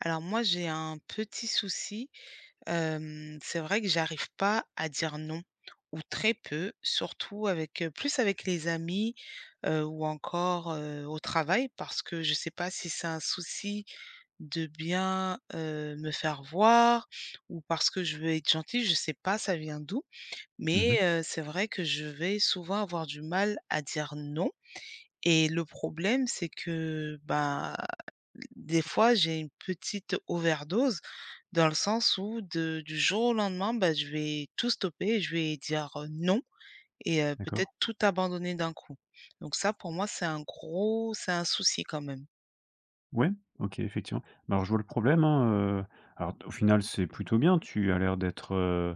Alors moi, j'ai un petit souci, c'est vrai que j'arrive pas à dire non ou très peu, surtout avec, plus avec les amis, ou encore, au travail parce que je sais pas si c'est un souci de bien, me faire voir, ou parce que je veux être gentille, je sais pas ça vient d'où. Mais, Mmh. C'est vrai que je vais souvent avoir du mal à dire non, et le problème c'est que, bah, des fois j'ai une petite overdose dans le sens où de du jour au lendemain, bah, je vais tout stopper et je vais dire, non, et D'accord. peut-être tout abandonner d'un coup. Donc ça, pour moi, c'est un souci quand même. Ouais, OK, effectivement. Bah, alors je vois le problème, hein, heu, alors au final, c'est plutôt bien. Tu as l'air d'être, heu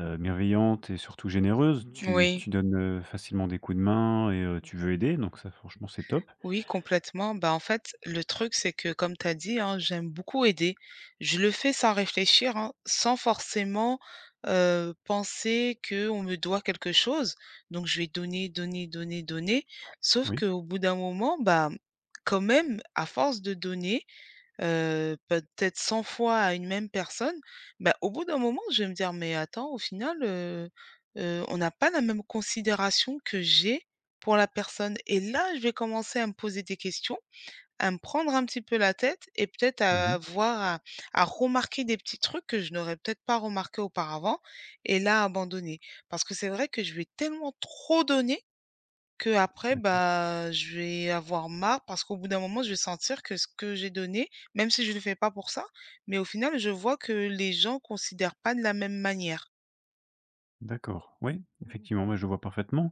heu, bienveillante et surtout généreuse. Tu Oui, tu donnes, facilement des coups de main et tu veux aider, donc ça franchement, c'est top. oui, complètement. Bah, en fait, le truc, c'est que comme tu as dit, hein, j'aime beaucoup aider. Je le fais sans réfléchir, hein, sans forcément, penser qu'on me doit quelque chose. Donc je vais donner, donner, donner, donner. Sauf Oui. qu'au bout d'un moment, bah, quand même, à force de donner, peut-être 100 fois à une même personne, bah, au bout d'un moment, je vais me dire: «Mais attends, au final, on n'a pas la même considération que j'ai pour la personne», et là, je vais commencer à me poser des questions, à me prendre un petit peu la tête et peut-être Mmh. à voir, à remarquer des petits trucs que je n'aurais peut-être pas remarqué auparavant, et là, abandonner. Parce que c'est vrai que je vais tellement trop donner que après, D'accord. bah, je vais avoir marre parce qu'au bout d'un moment, je vais sentir que ce que j'ai donné, même si je le fais pas pour ça, mais au final, je vois que les gens considèrent pas de la même manière. D'accord. Ouais, effectivement, ouais, je vois parfaitement.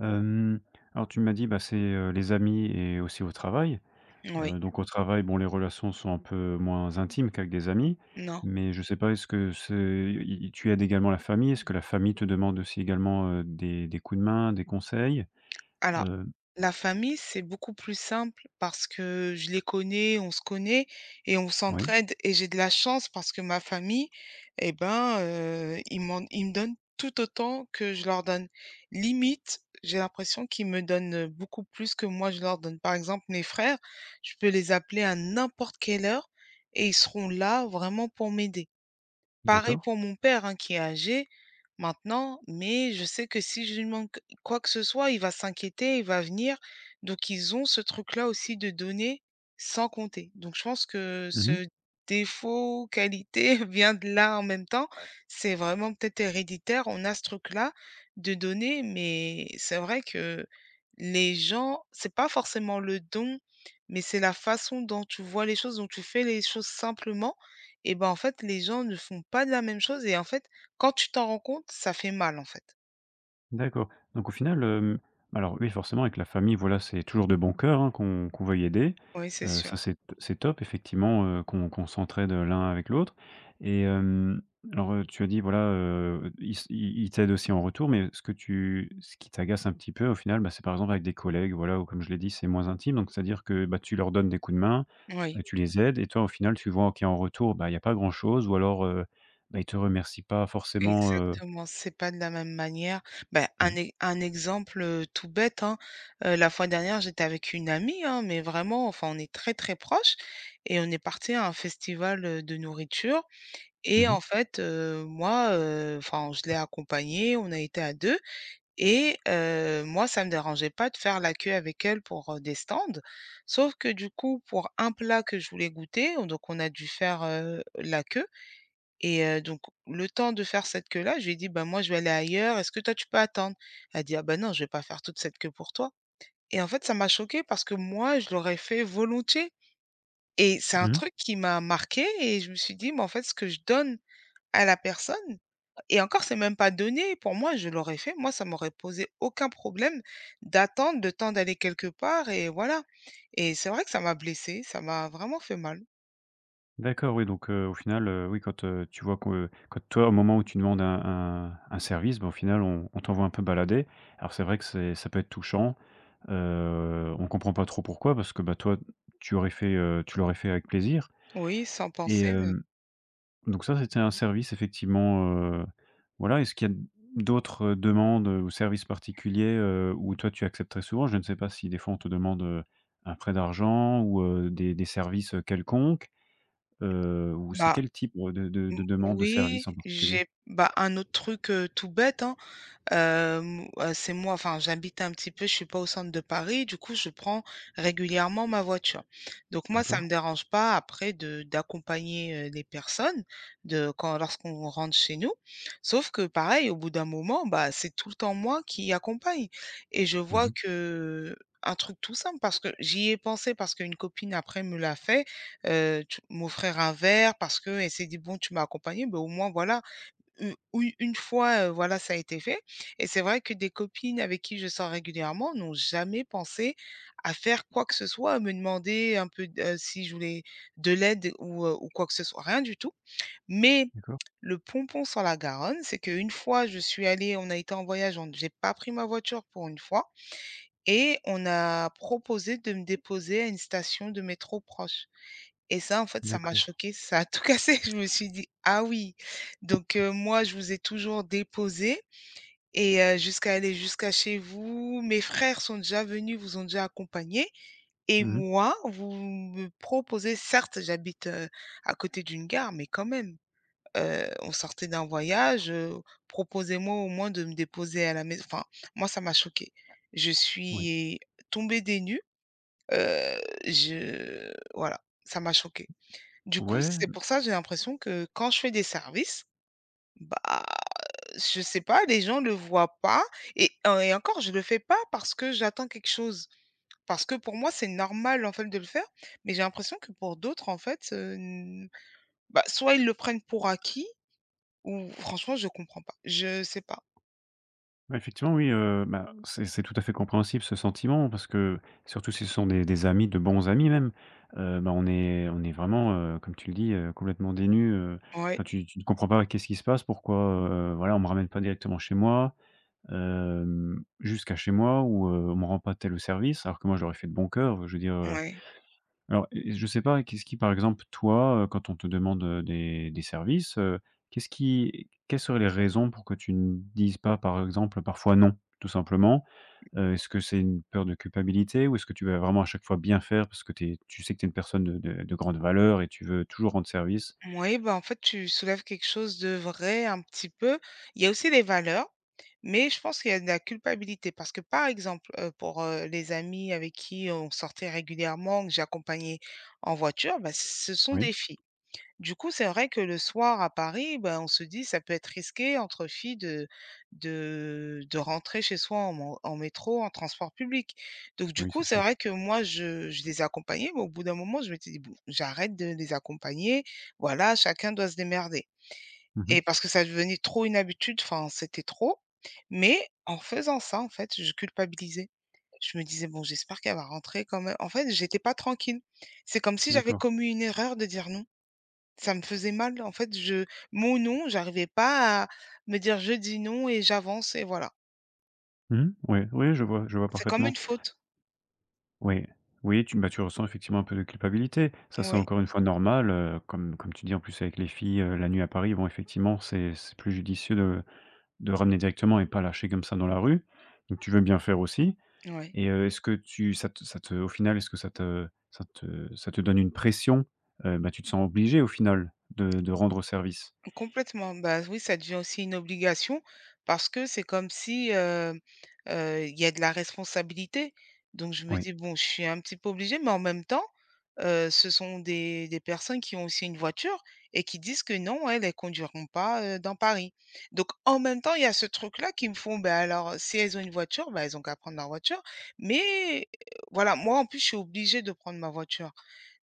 Hem, alors tu m'as dit, bah, c'est, les amis et aussi au travail. Oui, Donc au travail, bon, les relations sont un peu moins intimes qu'avec des amis, non. mais je sais pas, est-ce que c'est i i tu aides également la famille? Est-ce que la famille te demande aussi également, des coups de main, des conseils? Alors, Heu, la famille, c'est beaucoup plus simple parce que je les connais, on se connaît et on oui, s'entraide, et j'ai de la chance parce que ma famille, eh ben, ils me donnent tout autant que je leur donne. Limite, j'ai l'impression qu'ils me donnent, beaucoup plus que moi je leur donne. Par exemple, mes frères, je peux les appeler à n'importe quelle heure et ils seront là vraiment pour m'aider. Pareil d'accord. pour mon père, hein, qui est âgé maintenant, mais je sais que si je lui demande q quoi que ce soit, il va s'inquiéter, il va venir. Donc ils ont ce truc-là aussi de donner sans compter. Donc je pense que Mmh. ce défaut qualité vient de là en même temps. C'est vraiment peut-être héréditaire. On a ce truc-là de donner, mais c'est vrai que les gens, c'est pas forcément le don, mais c'est la façon dont tu vois les choses, dont tu fais les choses simplement, et ben en fait, les gens ne font pas de la même chose et en fait, quand tu t'en rends compte, ça fait mal, en fait. D'accord. Donc au final, alors oui, forcément avec la famille, voilà, c'est toujours de bon cœur, hein, qu'on veuille aider. Oui, c'est sûr. Ça c'est top effectivement, qu'on s'entraide, l'un avec l'autre et alors, tu as dit voilà, ils s ils ils t'aident aussi en retour, mais ce que tu ce qui t'agace un petit peu au final, bah, c'est par exemple avec des collègues, voilà, ou comme je l'ai dit, c'est moins intime, donc c'est-à-dire que, bah, tu leur donnes des coups de main, Oui, tu les aides et toi au final tu vois qu'en retour, bah, il y a pas grand chose ou alors, bah, ils te remercient pas forcément. Exactement. C'est pas de la même manière. Ben Mmh un mh. e un exemple, tout bête, hein, la fois dernière, j'étais avec une amie, hein, mais vraiment, enfin, on est très, très proches et on est parti à un festival, de nourriture, et Mmh. en fait, moi, enfin, je l'ai accompagnée, on a été à 2. Et moi, ça me dérangeait pas de faire la queue avec elle pour, des stands. Sauf que du coup, pour un plat que je voulais goûter, donc on a dû faire, la queue, et donc le temps de faire cette queue-là, je lui ai dit: «Bah, moi, je vais aller ailleurs, est-ce que toi, tu peux attendre?» Elle a dit: «Ah bah non, je vais pas faire toute cette queue pour toi», et en fait, ça m'a choquée parce que moi, je l'aurais fait volontiers, et c'est un Mmh. truc qui m'a marqué. Et je me suis dit: «Mais en fait, ce que je donne à la personne…» Et encore, c'est même pas donné. Pour moi, je l'aurais fait. Moi, ça m'aurait posé aucun problème d'attendre le temps d'aller quelque part et voilà. Et c'est vrai que ça m'a blessée, ça m'a vraiment fait mal. D'accord, oui, donc au final, oui, quand, tu vois que quand toi, au moment où tu demandes un service, bah, au final, on t'envoie un peu balader. Alors c'est vrai que c'est ça peut être touchant, on comprend pas trop pourquoi parce que, bah, toi, tu l'aurais fait avec plaisir Oui, sans et penser même. Donc ça, c'était un service effectivement, heu, voilà. Est-ce qu'il y a d'autres demandes ou services particuliers, où toi, tu accepterais souvent? Je ne sais pas si des fois on te demande, un prêt d'argent ou des services quelconques? Ou c'est Bah, quel type de demande, de oui, service en particulier? j'ai bah, un autre truc, tout bête, hein. C'est moi enfin, j'habite un petit peu, je suis pas au centre de Paris, du coup, je prends régulièrement ma voiture. Donc moi, ça D'accord. me dérange pas après de d'accompagner, les personnes de quand lorsqu'on rentre chez nous. Sauf que pareil, au bout d'un moment, bah, c'est tout le temps moi qui accompagne et je Mmh vois mh. que un truc tout simple parce que j'y ai pensé parce qu'une copine après me l'a fait, tu m'offrir un verre parce qu'elle s'est dit: «Bon, tu m'as accompagné beh, au moins voilà.» Mmh, oui, une fois, voilà, ça a été fait, et c'est vrai que des copines avec qui je sors régulièrement n'ont jamais pensé à faire quoi que ce soit, à me demander un peu d si je voulais de l'aide ou quoi que ce soit, rien du tout. Mais D'accord, le pompon sur la Garonne, c'est qu'une fois, je suis allée on a été en voyage, on j'ai pas pris ma voiture pour une fois, et on a proposé de me déposer à une station de métro proche. Et ça, en fait, ça m'a d'accord. choquée, ça a tout cassé. Je me suis dit: «Ah oui, donc moi, je vous ai toujours déposé, et jusqu'à chez vous, mes frères sont déjà venus, vous ont déjà accompagné, et Mmh mh. moi, vous me proposez…» Certes, j'habite, à côté d'une gare, mais quand même, on sortait d'un voyage, proposez-moi au moins de me déposer à la maison. Enfin, moi, ça m'a choquée. Je Ouais. suis tombée des nues, heu, je voilà, ça m'a choquée. Du coup, Ouais, c'est pour ça, j'ai l'impression que quand je fais des services, bah, je sais pas, les gens le voient pas, et en et encore, je le fais pas parce que j'attends quelque chose. Parce que pour moi, c'est normal, en fait, de le faire, mais j'ai l'impression que pour d'autres, en fait, n bah, soit ils le prennent pour acquis, ou franchement, je comprends pas. Je sais pas. bah, effectivement, oui, bah, c'est tout à fait compréhensible, ce sentiment, parce que surtout si ce sont des amis, de bons amis même, bah, on est vraiment, comme tu le dis, complètement dénus, Ouais, enfin tu ne comprends pas qu'est-ce qui se passe, pourquoi, voilà, on me ramène pas directement chez moi, jusqu'à chez moi, ou, on me rend pas tel service alors que moi je l'aurais fait de bon cœur, je veux dire, ouais. Alors, et je sais pas, qu'est-ce qui, par exemple, toi, quand on te demande, des services, qu'est-ce qui quelles seraient les raisons pour que tu ne dises pas, par exemple, parfois «non», tout simplement? Est-ce que c'est une peur de culpabilité ou est-ce que tu vas vraiment à chaque fois bien faire parce que tu sais que tu es une personne de grande valeur et tu veux toujours rendre service? Moui, ben en fait, tu soulèves quelque chose de vrai un petit peu. Il y a aussi des valeurs, mais je pense qu'il y a de la culpabilité parce que, par exemple, pour, les amis avec qui on sortait régulièrement, que j'accompagnais en voiture, ben ce sont Oui, des filles. Du coup, c'est vrai que le soir à Paris, ben, on se dit ça peut être risqué entre filles de rentrer chez soi en métro, en transport public. Donc du oui, coup, c'est c'est sûr. vrai que moi je les accompagnais, mais au bout d'un moment, je m'étais dit: «Bon, j'arrête de les accompagner, voilà, chacun doit se démerder», Mmh. et parce que ça devenait trop une habitude, enfin, c'était trop. Mais en faisant ça, en fait, je culpabilisais. Je me disais: «Bon, j'espère qu'elle va rentrer quand même». En fait, j'étais pas tranquille. C'est comme si j'avais D'accord. commis une erreur de dire: «Non». Ça me faisait mal, en fait, je mon non, j'arrivais pas à me dire: «Je dis non et j'avance», et voilà. Oui, oui, je vois C'est comme parfaitement. une faute. Oui, oui, tu bah, tu ressens effectivement un peu de culpabilité. Ça, c'est Oui, encore une fois normal, comme tu dis, en plus, avec les filles, la nuit à Paris, bon, effectivement, c'est plus judicieux de ramener directement et pas lâcher comme ça dans la rue. Donc tu veux bien faire aussi, oui. et est-ce que tu ça te au final, est-ce que ça te donne une pression? Bah, tu te sens obligé, au final, de rendre service? Complètement. Bah, oui, ça devient aussi une obligation parce que c'est comme si, il y a de la responsabilité. Donc je me Oui. dis: «Bon, je suis un petit peu obligée», mais en même temps, ce sont des personnes qui ont aussi une voiture et qui disent que non, elles, ne conduiront pas, dans Paris. Donc en même temps, il y a ce truc-là qui me font: «Ben alors, si elles ont une voiture, bah, elles ont qu'à prendre leur voiture.» Mais voilà, moi, en plus, je suis obligée de prendre ma voiture.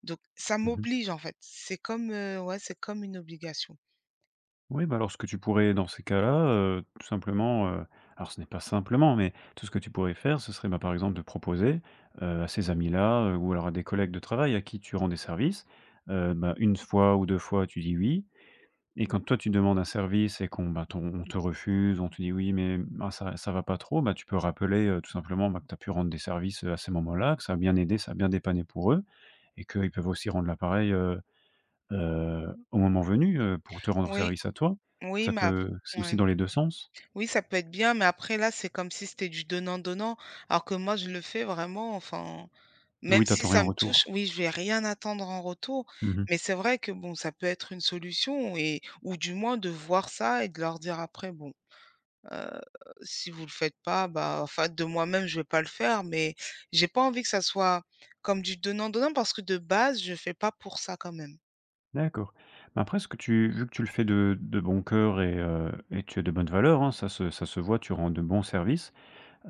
Donc ça Mmh. m'oblige, en fait. C'est comme, ouais, c'est comme une obligation. Oui, bah, alors ce que tu pourrais dans ces cas-là, tout simplement, alors ce n'est pas simplement, mais tout ce que tu pourrais faire, ce serait, bah, par exemple de proposer, à ces amis-là, ou alors à des collègues de travail à qui tu rends des services, bah, une fois ou 2 fois tu dis «oui», et quand toi tu demandes un service et qu'on, bah, t'on on te refuse, on te dit: «Oui, mais ah ça va pas trop», bah, tu peux rappeler, tout simplement, bah, que tu as pu rendre des services, à ces moments-là, que ça a bien aidé, ça a bien dépanné pour eux, et qu'ils peuvent aussi rendre l'appareil, au moment venu, pour te rendre Oui. service à toi. Oui, Ça mais ap peut C'est aussi ouais. dans les 2 sens. Oui, ça peut être bien, mais après là, c'est comme si c'était du donnant-donnant, alors que moi, je le fais vraiment, enfin, même Oui, tu si attends rien ça en me touche, retour. oui, je vais rien attendre en retour, Mmh. mais c'est vrai que bon, ça peut être une solution, et ou du moins de voir ça et de leur dire après, bon, heu, si vous le faites pas, bah, enfin, de moi-même, je vais pas le faire, mais j'ai pas envie que ça soit comme du donnant-donnant parce que de base, je fais pas pour ça quand même. D'accord. Mais après, ce que tu vu que tu le fais de bon cœur, et tu as de bonnes valeurs, hein, ça se voit, tu rends de bons services.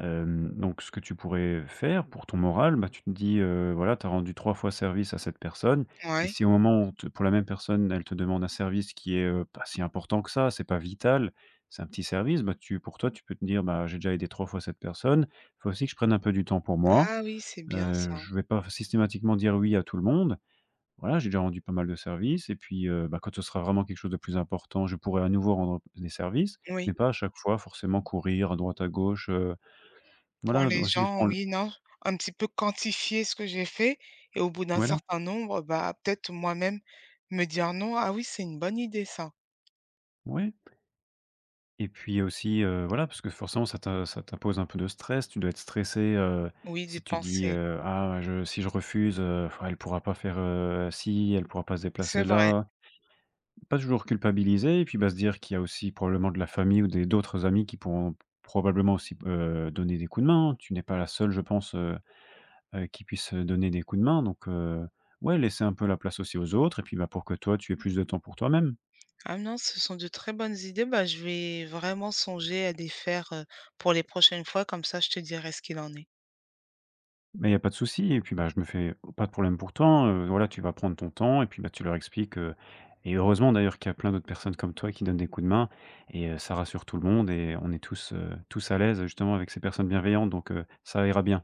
Donc ce que tu pourrais faire pour ton moral, bah, tu te dis, voilà, tu as rendu 3 fois service à cette personne, et Ouais. si au moment où on te pour la même personne, elle te demande un service qui est, pas si important que ça, c'est pas vital, c'est un petit service, bah, tu pour toi, tu peux te dire: «Bah, j'ai déjà aidé 3 fois cette personne. Il faut aussi que je prenne un peu du temps pour moi, Ah oui, c'est bien ça. je vais pas systématiquement dire oui à tout le monde. Voilà, j'ai déjà rendu pas mal de services, et puis, bah, quand ce sera vraiment quelque chose de plus important, je pourrai à nouveau rendre des services, mais Oui. pas à chaque fois forcément courir à droite à gauche,» Pour Voilà, d les aussi se gens, prendre, oui, non, un petit peu quantifier ce que j'ai fait, et au bout d'un voilà, certain nombre, bah, peut-être moi-même me dire: «Non, ah oui, c'est une bonne idée ça». ouais, et puis aussi, voilà, parce que forcément ça t'impose un peu de stress, tu dois être stressé, Oui, si d'y tu dis, penser. «Ah, je si je refuse, elle pourra pas faire, ci, elle pourra pas se déplacer C'est vrai. là». Pas toujours culpabiliser, et puis, bah, se dire qu'il y a aussi probablement de la famille ou des d'autres amis qui pourront probablement aussi, donner des coups de main. Tu n'es pas la seule, je pense, qui puisse, donner des coups de main, donc ouais, laisser un peu la place aussi aux autres, et puis, bah, pour que toi tu aies plus de temps pour toi-même. Ah non, ce sont de très bonnes idées. Bah, je vais vraiment songer à les faire, pour les prochaines fois, comme ça je te dirai ce qu'il en est. Mais il y a pas de souci, et puis, bah, je me fais pas de problème pour toi, hein, voilà, tu vas prendre ton temps et puis, bah, tu leur expliques, et heureusement d'ailleurs qu'il y a plein d'autres personnes comme toi qui donnent des coups de main, et ça rassure tout le monde et on est tous, tous à l'aise justement avec ces personnes bienveillantes, donc ça ira bien.